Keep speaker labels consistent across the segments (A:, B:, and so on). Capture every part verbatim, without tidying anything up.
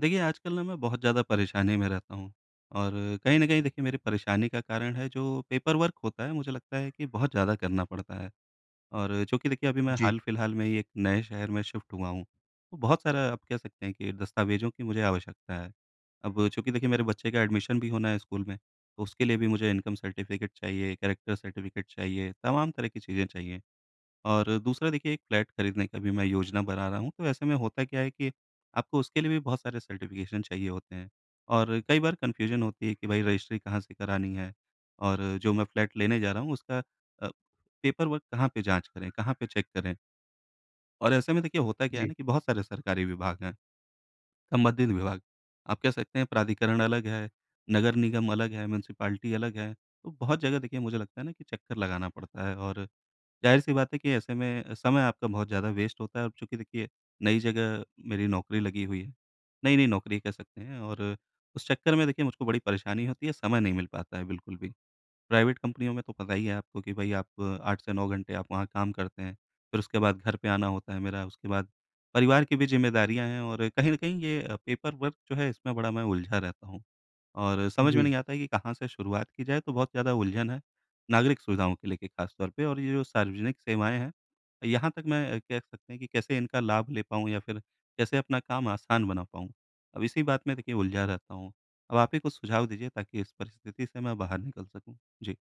A: देखिए, आजकल ना मैं बहुत ज़्यादा परेशानी में रहता हूँ और कहीं न कहीं देखिए मेरी परेशानी का कारण है जो पेपर वर्क होता है, मुझे लगता है कि बहुत ज़्यादा करना पड़ता है। और चूँकि देखिए अभी मैं
B: जी,
A: हाल-फिलहाल में ही एक नए शहर में शिफ्ट हुआ हूँ, तो बहुत सारा आप कह सकते हैं कि दस्तावेज़ों की मुझे आवश्यकता है। अब चूँकि देखिए मेरे बच्चे का एडमिशन भी होना है स्कूल में, तो उसके लिए भी मुझे इनकम सर्टिफ़िकेट चाहिए, कैरेक्टर सर्टिफ़िकेट चाहिए, तमाम तरह की चीज़ें चाहिए। और दूसरा देखिए एक फ्लैट खरीदने का भी मैं योजना बना रहा हूँ, तो ऐसे में होता क्या है कि आपको उसके लिए भी बहुत सारे सर्टिफ़िकेशन चाहिए होते हैं और कई बार कन्फ्यूज़न होती है कि भाई रजिस्ट्री कहाँ से करानी है और जो मैं फ्लैट लेने जा रहा हूँ उसका अ, पेपर वर्क कहाँ पे जाँच करें, कहाँ पे चेक करें? और ऐसे में देखिए होता क्या है
B: जी,
A: ना कि बहुत सारे सरकारी विभाग हैं, संबंधित विभाग। आप कह सकते हैं प्राधिकरण अलग है, नगर निगम अलग है, म्युनिसिपैलिटी अलग है, तो बहुत जगह देखिए मुझे लगता है ना कि चक्कर लगाना पड़ता है और ज़ाहिर-सी बात है कि ऐसे में समय आपका बहुत ज़्यादा वेस्ट होता है और चूँकि देखिए नई जगह मेरी नौकरी लगी हुई है, नई-नई नौकरी कह सकते हैं और उस चक्कर में देखिए मुझको बड़ी परेशानी होती है, समय नहीं मिल पाता है बिल्कुल भी। प्राइवेट कंपनियों में तो पता ही है आपको कि भाई आप आठ से नौ घंटे आप वहाँ काम करते हैं, फिर उसके बाद घर पे आना होता है मेरा, उसके बाद परिवार की भी ज़िम्मेदारियाँ हैं और कहीं न कहीं ये अ, पेपर वर्क जो है इसमें बड़ा मैं उलझा रहता हूँ और समझ में
B: जी।
A: नहीं आता है कि कहाँ से शुरुआत की जाए, तो बहुत ज़्यादा उलझन है, नागरिक सुविधाओं को लेके ख़ास तौर पे और ये जो सार्वजनिक सेवाएँ हैं, यहाँ तक मैं कह सकते हैं कि कैसे इनका लाभ ले पाऊँ या फिर कैसे अपना काम आसान बना पाऊँ? अब इसी बात में देखिए उलझा रहता हूँ। अब आप ही कुछ सुझाव दीजिए ताकि इस परिस्थिति से मैं बाहर निकल सकूँ। जी।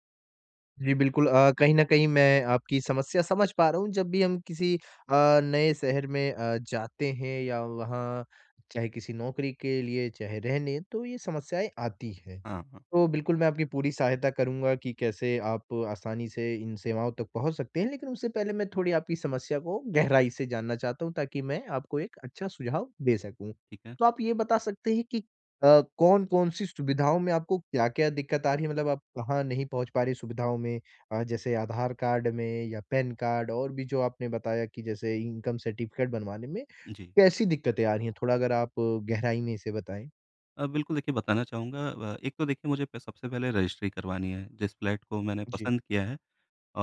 B: जी, बिल्कुल अ, कहीं न कहीं मैं आपकी समस्या समझ पा रहा हूँ। जब भी हम किसी अ, नए शहर में अ, जाते हैं या वहाँ, चाहे किसी नौकरी के लिए, चाहे रहने, तो ये समस्याएँ आती हैं।
A: हाँ, हाँ,
B: तो बिल्कुल मैं आपकी पूरी सहायता करूँगा कि कैसे आप आसानी से इन सेवाओं तक पहुँच सकते हैं, लेकिन उससे पहले मैं थोड़ी आपकी समस्या को गहराई से जानना चाहता हूँ, ताकि मैं आपको एक अच्छा सुझाव दे सकूँ।
A: ठीक है।
B: तो आप ये बता सकते हैं कि अ, कौन-कौन सी सुविधाओं में आपको क्या-क्या दिक्कत आ रही है? मतलब आप कहाँ नहीं पहुँच पा रहे सुविधाओं में, अ, जैसे आधार कार्ड में या पैन कार्ड, और भी जो आपने बताया कि जैसे इनकम सर्टिफिकेट बनवाने में
A: जी।
B: कैसी दिक्कतें आ रही हैं? थोड़ा अगर आप अ, गहराई में इसे बताएँ।
A: अ, बिल्कुल देखिए बताना चाहूँगा, अ, एक तो देखिए मुझे प सबसे पहले रजिस्ट्री करवानी है जिस फ्लैट को मैंने
B: जी।
A: पसंद किया है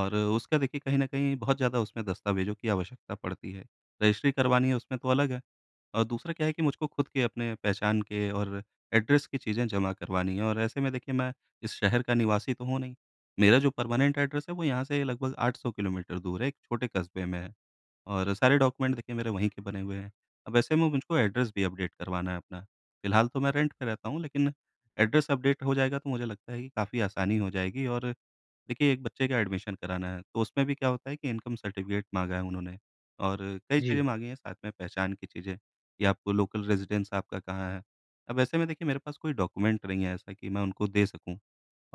A: और उसका देखिए कहीं न कहीं बहुत ज़्यादा उसमें दस्तावेज़ों की आवश्यकता पड़ती है। रजिस्ट्री करवानी है उसमें तो अलग है और दूसरा क्या है कि मुझको खुद के अपने पहचान के और एड्रेस की चीज़ें जमा करवानी है और ऐसे में देखिए मैं इस शहर का निवासी तो हूँ नहीं। मेरा जो परमानेंट एड्रेस है वो यहाँ से लगभग आठ सौ किलोमीटर दूर है, एक छोटे कस्बे में है। और सारे डॉक्यूमेंट देखिए मेरे वहीं के बने हुए हैं। अब ऐसे में मुझको एड्रेस भी अपडेट करवाना है अपना। फ़िलहाल तो मैं रेंट पे रहता हूँ लेकिन एड्रेस अपडेट हो जाएगा तो मुझे लगता है कि काफ़ी आसानी हो जाएगी और देखिए एक बच्चे का एडमिशन कराना है, तो उसमें भी क्या होता है कि इनकम सर्टिफ़िकेट माँगा है उन्होंने और कई चीज़ें
B: जी,
A: माँगी हैं साथ में पहचान की चीज़ें कि आपको लोकल रेज़िडेंस आपका कहाँ है। अब ऐसे में देखिए मेरे पास कोई डॉक्यूमेंट नहीं है ऐसा कि मैं उनको दे सकूँ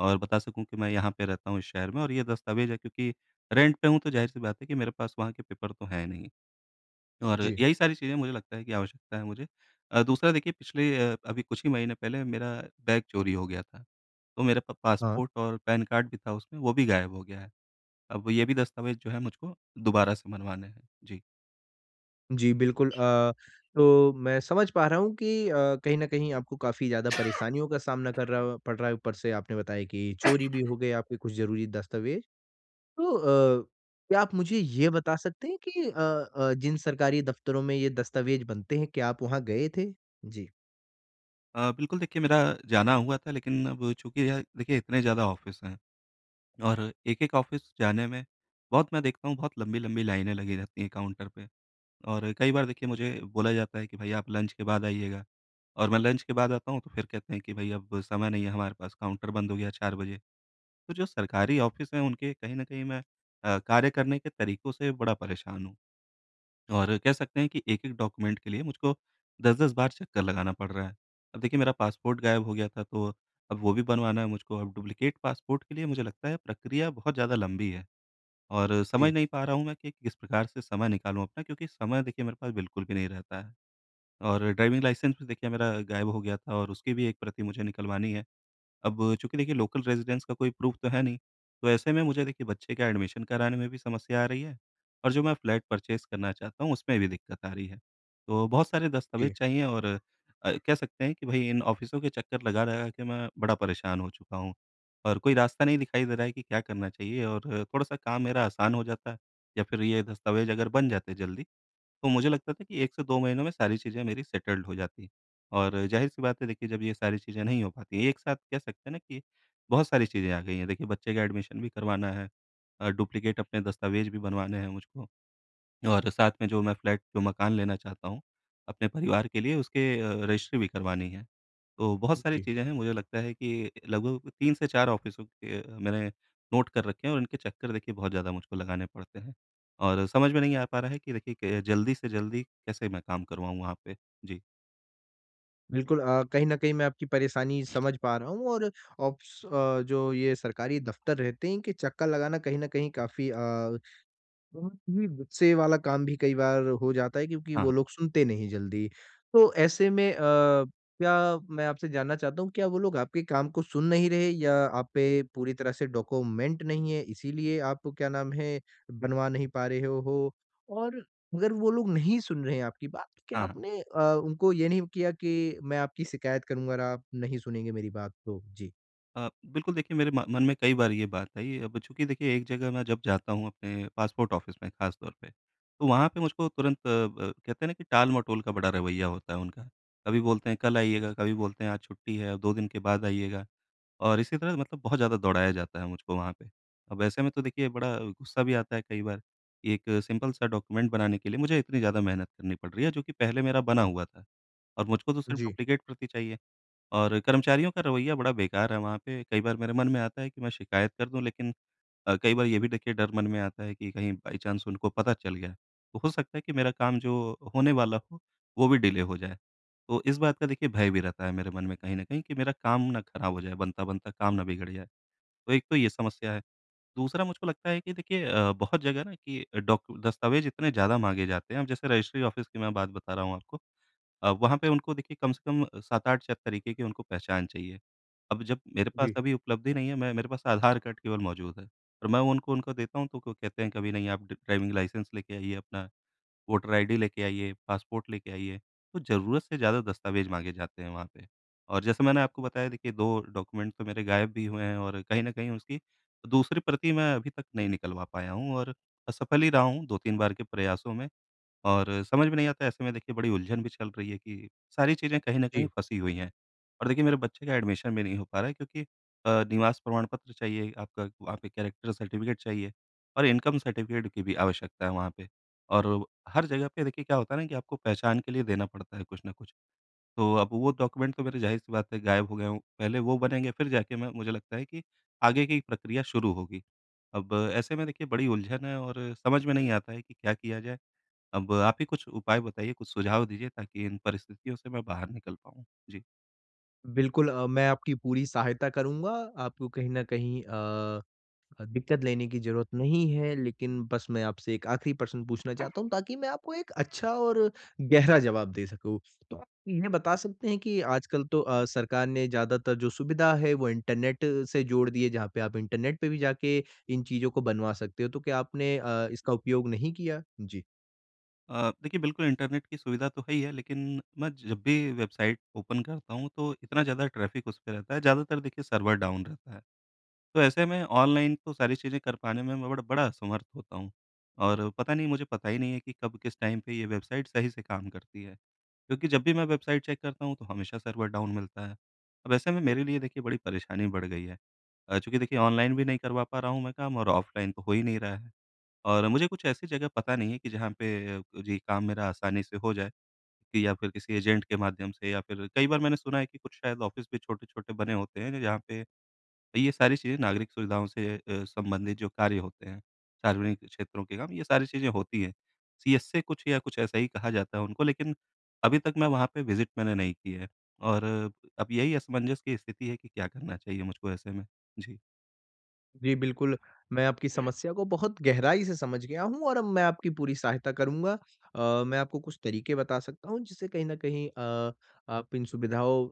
A: और बता सकूँ कि मैं यहाँ पे रहता हूँ इस शहर में और ये दस्तावेज़ है, क्योंकि रेंट पे हूँ तो ज़ाहिर-सी बात है कि मेरे पास वहाँ के पेपर तो हैं नहीं। और
B: जी।
A: यही सारी चीज़ें मुझे लगता है कि आवश्यकता है मुझे। अ, दूसरा देखिए पिछले अ, अभी कुछ ही महीने पहले मेरा बैग चोरी हो गया था। तो मेरा प
B: हाँ,
A: पासपोर्ट और पैन कार्ड भी था उसमें, वो भी गायब हो गया है। अब ये भी दस्तावेज़ जो है मुझको दोबारा से बनवाने हैं। जी।
B: जी बिल्कुल। अ, तो मैं समझ पा रहा हूँ कि अ, कहीं न कहीं आपको काफ़ी ज़्यादा परेशानियों का सामना कर रहा पड़ रहा है। ऊपर से आपने बताया कि चोरी भी हो गए आपके कुछ ज़रूरी दस्तावेज़। तो अ, क्या आप मुझे ये बता सकते हैं कि अ अ, जिन सरकारी दफ़्तरों में ये दस्तावेज़ बनते हैं, क्या आप वहाँ गए थे? जी।
A: अ, बिल्कुल देखिए मेरा जाना हुआ था लेकिन अब चूँकि यह देखिए इतने ज़्यादा ऑफ़िस हैं और एक-एक ऑफ़िस जाने में बहुत मैं देखता हूँ बहुत लंबी-लंबी लाइनें लगी रहती हैं काउंटर पे। और कई बार देखिए मुझे बोला जाता है कि भाई आप लंच के बाद आइएगा और मैं लंच के बाद आता हूँ तो फिर कहते हैं कि भाई अब समय नहीं है हमारे पास, काउंटर बंद हो गया चार बजे। तो जो सरकारी ऑफ़िस हैं उनके कहीं न कहीं मैं अ, कार्य करने के तरीकों से बड़ा परेशान हूँ। और कह सकते हैं कि एक-एक डॉक्यूमेंट के लिए मुझको दस दस बार चक्कर लगाना पड़ रहा है। अब देखिए मेरा पासपोर्ट गायब हो गया था तो अब वो भी बनवाना है मुझको। अब डुप्लिकेट पासपोर्ट के लिए मुझे लगता है प्रक्रिया बहुत ज़्यादा लंबी है। और समझ
B: जी,
A: नहीं पा रहा हूँ मैं कि किस प्रकार से समय निकालूँ अपना, क्योंकि समय देखिए मेरे पास बिल्कुल भी नहीं रहता है। और ड्राइविंग लाइसेंस भी देखिए मेरा गायब हो गया था और उसकी भी एक प्रति मुझे निकलवानी है। अब चूँकि देखिए लोकल रेज़िडेंस का कोई प्रूफ़ तो है नहीं, तो ऐसे में मुझे देखिए बच्चे का एडमिशन कराने में भी समस्या आ रही है और जो मैं फ्लैट परचेज़ करना चाहता हूँ, उसमें भी दिक्कत आ रही है। तो बहुत सारे दस्तावेज़
B: जी,
A: चाहिए और अ, कह सकते हैं कि भई इन ऑफ़िसों के चक्कर लगा-लगा के मैं बड़ा परेशान हो चुका हूँ और कोई रास्ता नहीं दिखाई दे रहा है कि क्या करना चाहिए और थोड़ा-सा काम मेरा आसान हो जाता है, या फिर ये दस्तावेज़ अगर बन जाते जल्दी, तो मुझे लगता था कि एक से दो महीनों में सारी चीज़ें मेरी सेटल्ड हो जाती। और ज़ाहिर-सी बात है देखिए जब ये सारी चीज़ें नहीं हो पाती हैं, एक साथ कह सकते हैं ना कि बहुत सारी चीज़ें आ गई हैं। देखिए बच्चे का एडमिशन भी करवाना है, अ, डुप्लिकेट अपने दस्तावेज़ भी बनवाने हैं मुझको और साथ में जो मैं फ्लैट जो मकान लेना चाहता हूँ, अपने परिवार के लिए उसके अ, रजिस्ट्री भी करवानी है। तो बहुत सारी
B: जी।
A: चीज़ें हैं, मुझे लगता है कि लगभग तीन से चार ऑफ़िसों के अ, मैंने नोट कर रखे हैं और इनके चक्कर देखिए बहुत ज़्यादा मुझको लगाने पड़ते हैं। और समझ में नहीं आ पा रहा है कि देखिए क जल्दी से जल्दी कैसे मैं काम करवाऊँ वहाँ पे? जी।
B: बिल्कुल अ, कहीं न कहीं मैं आपकी परेशानी समझ पा रहा हूँ, और ऑप्स, अ, जो ये सरकारी दफ़्तर रहते हैं, इनके चक्कर लगाना कहीं न कहीं काफ़ी, अ, बहुत ही गुस्से वाला काम भी कई बार हो जाता है, क्योंकि
A: हाँ,
B: वो
A: हाँ।
B: लोग सुनते नहीं जल्दी। तो ऐसे में अ, क्या, मैं आपसे जानना चाहता हूँ, क्या वो लोग आपके काम को सुन नहीं रहे, या आप पे पूरी तरह से डॉक्यूमेंट नहीं है, इसीलिए आप, क्या नाम है, बनवा नहीं पा रहे हो हो? और अगर वो लोग नहीं सुन रहे हैं आपकी बात, तो क्या
A: हाँ, हाँ।
B: आपने अ, उनको ये नहीं किया कि मैं आपकी शिकायत करूँगा, और आप नहीं सुनेंगे मेरी बात तो? जी।
A: अ, बिल्कुल देखिए मेरे म मन में कई बार ये बात आई। अब चूँकि देखिए एक जगह मैं जब जाता हूँ अपने पासपोर्ट ऑफ़िस में ख़ास तौर पे, तो वहाँ पे मुझको तुरंत अ, ब कहते हैं ना कि टाल-मटोल का बड़ा रवैया होता है उनका। कभी बोलते हैं कल आइएगा, कभी बोलते हैं आज छुट्टी है, अब दो दिन के बाद आइएगा और इसी तरह मतलब बहुत ज़्यादा दौड़ाया जाता है मुझको वहाँ पे। अब ऐसे में तो देखिए बड़ा गुस्सा भी आता है कई बार, कि एक सिंपल सा डॉक्यूमेंट बनाने के लिए मुझे इतनी ज़्यादा मेहनत करनी पड़ रही है जो कि पहले मेरा बना हुआ था और मुझको तो सिर्फ़
B: जी,
A: डुप्लिकेट प्रति चाहिए। और कर्मचारियों का रवैया बड़ा बेकार है वहाँ पे, कई बार मेरे मन में आता है कि मैं शिकायत कर दूँ लेकिन अ, कई बार ये भी देखिए डर मन में आता है कि कहीं बाई चांस उनको पता चल गया, तो हो सकता है कि मेरा काम जो होने वाला हो, वो भी डिले हो जाए। तो इस बात का देखिए भय भी रहता है मेरे मन में कहीं न कहीं कि मेरा काम ना ख़राब हो जाए, बनता-बनता काम ना बिगड़ जाए, तो एक तो ये समस्या है। दूसरा मुझको लगता है कि देखिए अ, बहुत जगह ना कि डॉक दस्तावेज़ इतने ज़्यादा माँगे जाते हैं, अब जैसे रजिस्ट्री ऑफ़िस की मैं बात बता रहा हूँ आपको, अ, वहाँ पे उनको देखिए कम से कम सात आठ शायद तरीके की उनको पहचान चाहिए। अब जब मेरे पास
B: जी,
A: अभी उपलब्धि नहीं है, मैं मेरे पास आधार कार्ड केवल मौजूद है और मैं उनको उनको देता हूँ तो वो कहते हैं कभी नहीं, आप ड ड्राइविंग लाइसेंस लेके आइए, अपना वोटर आईडी लेके आइए, पासपोर्ट लेके आइए, तो ज़रूरत से ज़्यादा दस्तावेज़ माँगे जाते हैं वहाँ पे। और जैसे मैंने आपको बताया देखिए दो डॉक्यूमेंट तो मेरे गायब भी हुए हैं और कहीं न कहीं उसकी दूसरी प्रति मैं अभी तक नहीं निकलवा पाया हूँ और असफल ही रहा हूँ दो तीन बार के प्रयासों में और समझ में नहीं आता, ऐसे में देखिए बड़ी उलझन भी चल रही है कि सारी चीज़ें कहीं न
B: जी।
A: कहीं फँसी हुई हैं। और देखिए मेरे बच्चे का एडमिशन भी नहीं हो पा रहा है क्योंकि अ, निवास प्रमाण पत्र चाहिए, आपका वहाँ पे कैरेक्टर सर्टिफ़िकेट चाहिए और इनकम सर्टिफ़िकेट की भी आवश्यकता है वहाँ पे। और हर जगह पे देखिए क्या होता है ना कि आपको पहचान के लिए देना पड़ता है कुछ न कुछ। तो अब वो डॉक्यूमेंट तो मेरे ज़ाहिर-सी बात है गायब हो गए हों, पहले वो बनेंगे फिर जाके मैं मुझे लगता है कि आगे की प्रक्रिया शुरू होगी। अब ऐसे में देखिए बड़ी उलझन है और समझ में नहीं आता है कि क्या किया जाए? अब आप ही कुछ उपाय बताइए, कुछ सुझाव दीजिए ताकि इन परिस्थितियों से मैं बाहर निकल पाऊँ? जी।
B: बिल्कुल अ, मैं आपकी पूरी सहायता करूँगा। आपको कहीं न कहीं अ, दिक्कत लेने की ज़रूरत नहीं है, लेकिन बस मैं आपसे एक आखिरी प्रश्न पूछना चाहता हूँ, ताकि मैं आपको एक अच्छा और गहरा जवाब दे सकूँ। तो आप ये बता सकते हैं कि आजकल तो अ, सरकार ने ज़्यादातर जो सुविधा है वो इंटरनेट से जोड़ दी है, जहाँ पे आप इंटरनेट पे भी जाके इन चीज़ों को बनवा सकते हो। तो क्या आपने अ, इसका उपयोग नहीं किया? जी।
A: अ, देखिए बिल्कुल इंटरनेट की सुविधा तो है ही है लेकिन मैं जब भी वेबसाइट ओपन करता हूँ तो इतना ज़्यादा ट्रैफ़िक उस पे रहता है, ज़्यादातर देखिए सर्वर डाउन रहता है। तो ऐसे में ऑनलाइन तो सारी चीज़ें कर पाने में मैं बड़ा बड़ा असमर्थ होता हूँ और पता नहीं मुझे पता ही नहीं है कि कब किस टाइम पे ये वेबसाइट सही से काम करती है, क्योंकि जब भी मैं वेबसाइट चेक करता हूँ तो हमेशा सर्वर डाउन मिलता है। अब ऐसे में मेरे लिए देखिए बड़ी परेशानी बढ़ गई है। अ, चूँकि देखिए ऑनलाइन भी नहीं करवा पा रहा हूँ मैं काम और ऑफ़लाइन तो हो ही नहीं रहा है। और मुझे कुछ ऐसी जगह पता नहीं है कि जहाँ पे अ, जी काम मेरा आसानी से हो जाए कि, या फिर किसी एजेंट के माध्यम से, या फिर कई बार मैंने सुना है कि कुछ शायद ऑफ़िस भी छोटे-छोटे बने होते हैं जहाँ पे तो ये सारी चीज़ें नागरिक सुविधाओं से अ, संबंधित जो कार्य होते हैं, सार्वजनिक क्षेत्रों के काम, ये सारी चीज़ें होती हैं। सीएसए कुछ या कुछ ऐसा ही कहा जाता है उनको, लेकिन अभी तक मैं वहाँ पे विज़िट मैंने नहीं की है और अब यही असमंजस की स्थिति है कि क्या करना चाहिए मुझको ऐसे में? जी,
B: जी, बिल्कुल। मैं आपकी समस्या को बहुत गहराई से समझ गया हूँ, और अब मैं आपकी पूरी सहायता करूँगा। अ, मैं आपको कुछ तरीके बता सकता हूँ, जिससे कहीं न कहीं अ, आप इन सुविधाओं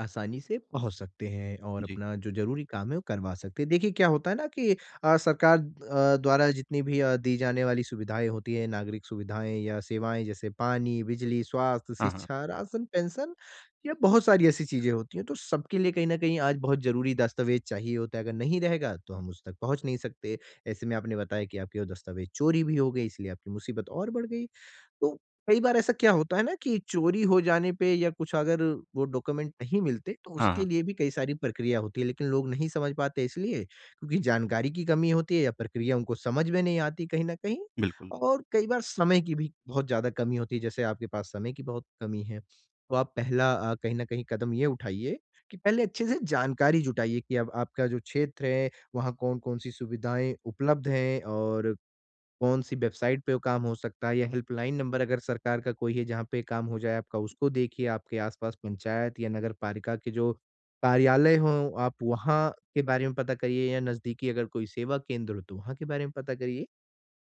B: आसानी से पहुँच सकते हैं, और
A: जी।
B: अपना जो ज़रूरी काम है वो करवा सकते हैं। देखिए क्या होता है ना कि अ, सरकार अ, द्वारा जितनी भी अ, दी जाने वाली सुविधाएँ होती हैं, नागरिक सुविधाएँ या सेवाएँ, जैसे पानी, बिजली, स्वास्थ्य,
A: हाँ, हाँ।
B: शिक्षा, राशन, पेंशन, या बहुत सारी ऐसी चीज़ें होती हैं, तो सबके लिए कहीं न कहीं आज बहुत ज़रूरी दस्तावेज़ चाहिए होता है, अगर नहीं रहेगा तो हम उस तक पहुँच नहीं सकते। ऐसे में आपने बताया कि आपके वो दस्तावेज़ चोरी भी हो गए, इसलिए आपकी मुसीबत और बढ़ गई। तो कई बार ऐसा क्या होता है ना कि चोरी हो जाने पे, या कुछ अगर वो डॉक्यूमेंट नहीं मिलते, तो
A: हाँ,
B: उसके
A: हाँ।
B: लिए भी कई सारी प्रक्रिया होती है, लेकिन लोग नहीं समझ पाते, इसलिए क्योंकि जानकारी की कमी होती है, या प्रक्रिया उनको समझ में नहीं आती कहीं ना कहीं।
A: बिल्कुल,
B: और कई बार समय की भी बहुत ज्यादा कमी होती है, जैसे आपके पास समय की बहुत कमी है। तो आप पहला अ, कहीं ना कहीं कदम ये उठाइए कि पहले अच्छे से जानकारी जुटाइए कि अब आपका जो क्षेत्र है, वहाँ कौन कौन सी सुविधाएं उपलब्ध हैं, और कौन-सी वेबसाइट पे वो काम हो सकता है, या हेल्पलाइन नंबर अगर सरकार का कोई है जहाँ पे काम हो जाए आपका, उसको देखिए। आपके आस-पास पंचायत या नगर पालिका के जो कार्यालय हों, आप वहाँ के बारे में पता करिए, या नज़दीकी अगर कोई सेवा केंद्र हो तो वहाँ के बारे में पता करिए।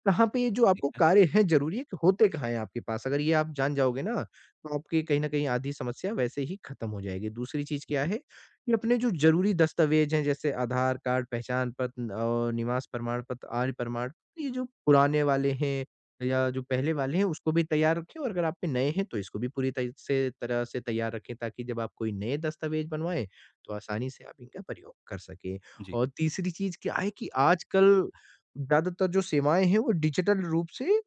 B: कहाँ पे ये जो
A: ठीक
B: आपको
A: है।
B: कार्य हैं ज़रूरी है कि होते कहाँ हैं आपके पास? अगर ये आप जान जाओगे ना, तो आपकी कहीं न कहीं आधी समस्या वैसे ही खत्म हो जाएगी। दूसरी चीज़ क्या
A: जी,
B: है कि अपने जो ज़रूरी दस्तावेज हैं, जैसे आधार कार्ड, पहचान पत्र न- और निवास प्रमाण पत्र, आय प्रमाण, पत्र, ये जो पुराने वाले हैं या जो पहले वाले हैं, उसको भी तैयार रखें, और अगर आप पे नए हैं तो इसको भी पूरी तय से तरह से तैयार रखें, ताकि जब आप कोई नए दस्तावेज बनवाएँ, तो आसानी से आप इनका प्रयोग कर सकें।
A: जी।
B: और तीसरी चीज़ क्या है कि आजकल ज़्यादातर जो सेवाएँ हैं वो डिजिटल रूप से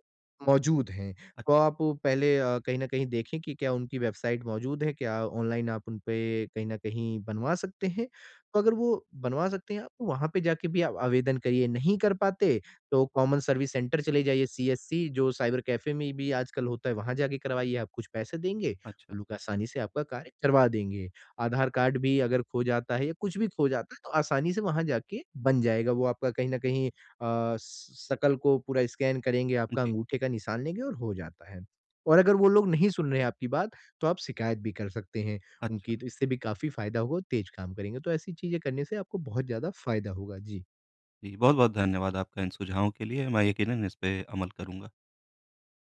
B: मौजूद हैं। तो
A: अच्छ
B: आप पहले अ, कहीं न कहीं देखें कि क्या उनकी वेबसाइट मौजूद है? क्या ऑनलाइन आप उनपे कहीं न कहीं बनवा सकते हैं? तो अगर वो बनवा सकते हैं आप, तो वहाँ पे जाके भी आप आवेदन करिए। नहीं कर पाते तो कॉमन सर्विस सेंटर चले जाइए, सी एस सी, जो साइबर कैफ़े में भी आजकल होता है, वहाँ जाके करवाइए। आप कुछ पैसे देंगे,
A: अच्छा,
B: वो लोग आसानी से आपका कार्य करवा देंगे। आधार कार्ड भी अगर खो जाता है, या कुछ भी खो जाता है, तो आसानी से वहाँ जाके बन जाएगा। वो आपका कहीं न कहीं अ, श शकल को पूरा स्कैन करेंगे, आपका
A: जी।
B: अंगूठे का निशान लेंगे, और हो जाता है। और अगर वो लोग नहीं सुन रहे हैं आपकी बात, तो आप शिकायत भी कर सकते हैं
A: अच्छा,
B: उनकी, तो इससे भी काफ़ी फ़ायदा होगा और तेज़ काम करेंगे। तो ऐसी चीज़ें करने से आपको बहुत ज़्यादा फ़ायदा होगा। जी।
A: जी। बहुत-बहुत धन्यवाद आपका इन सुझावों के लिए, मैं यकीनन इस पे अमल करूँगा।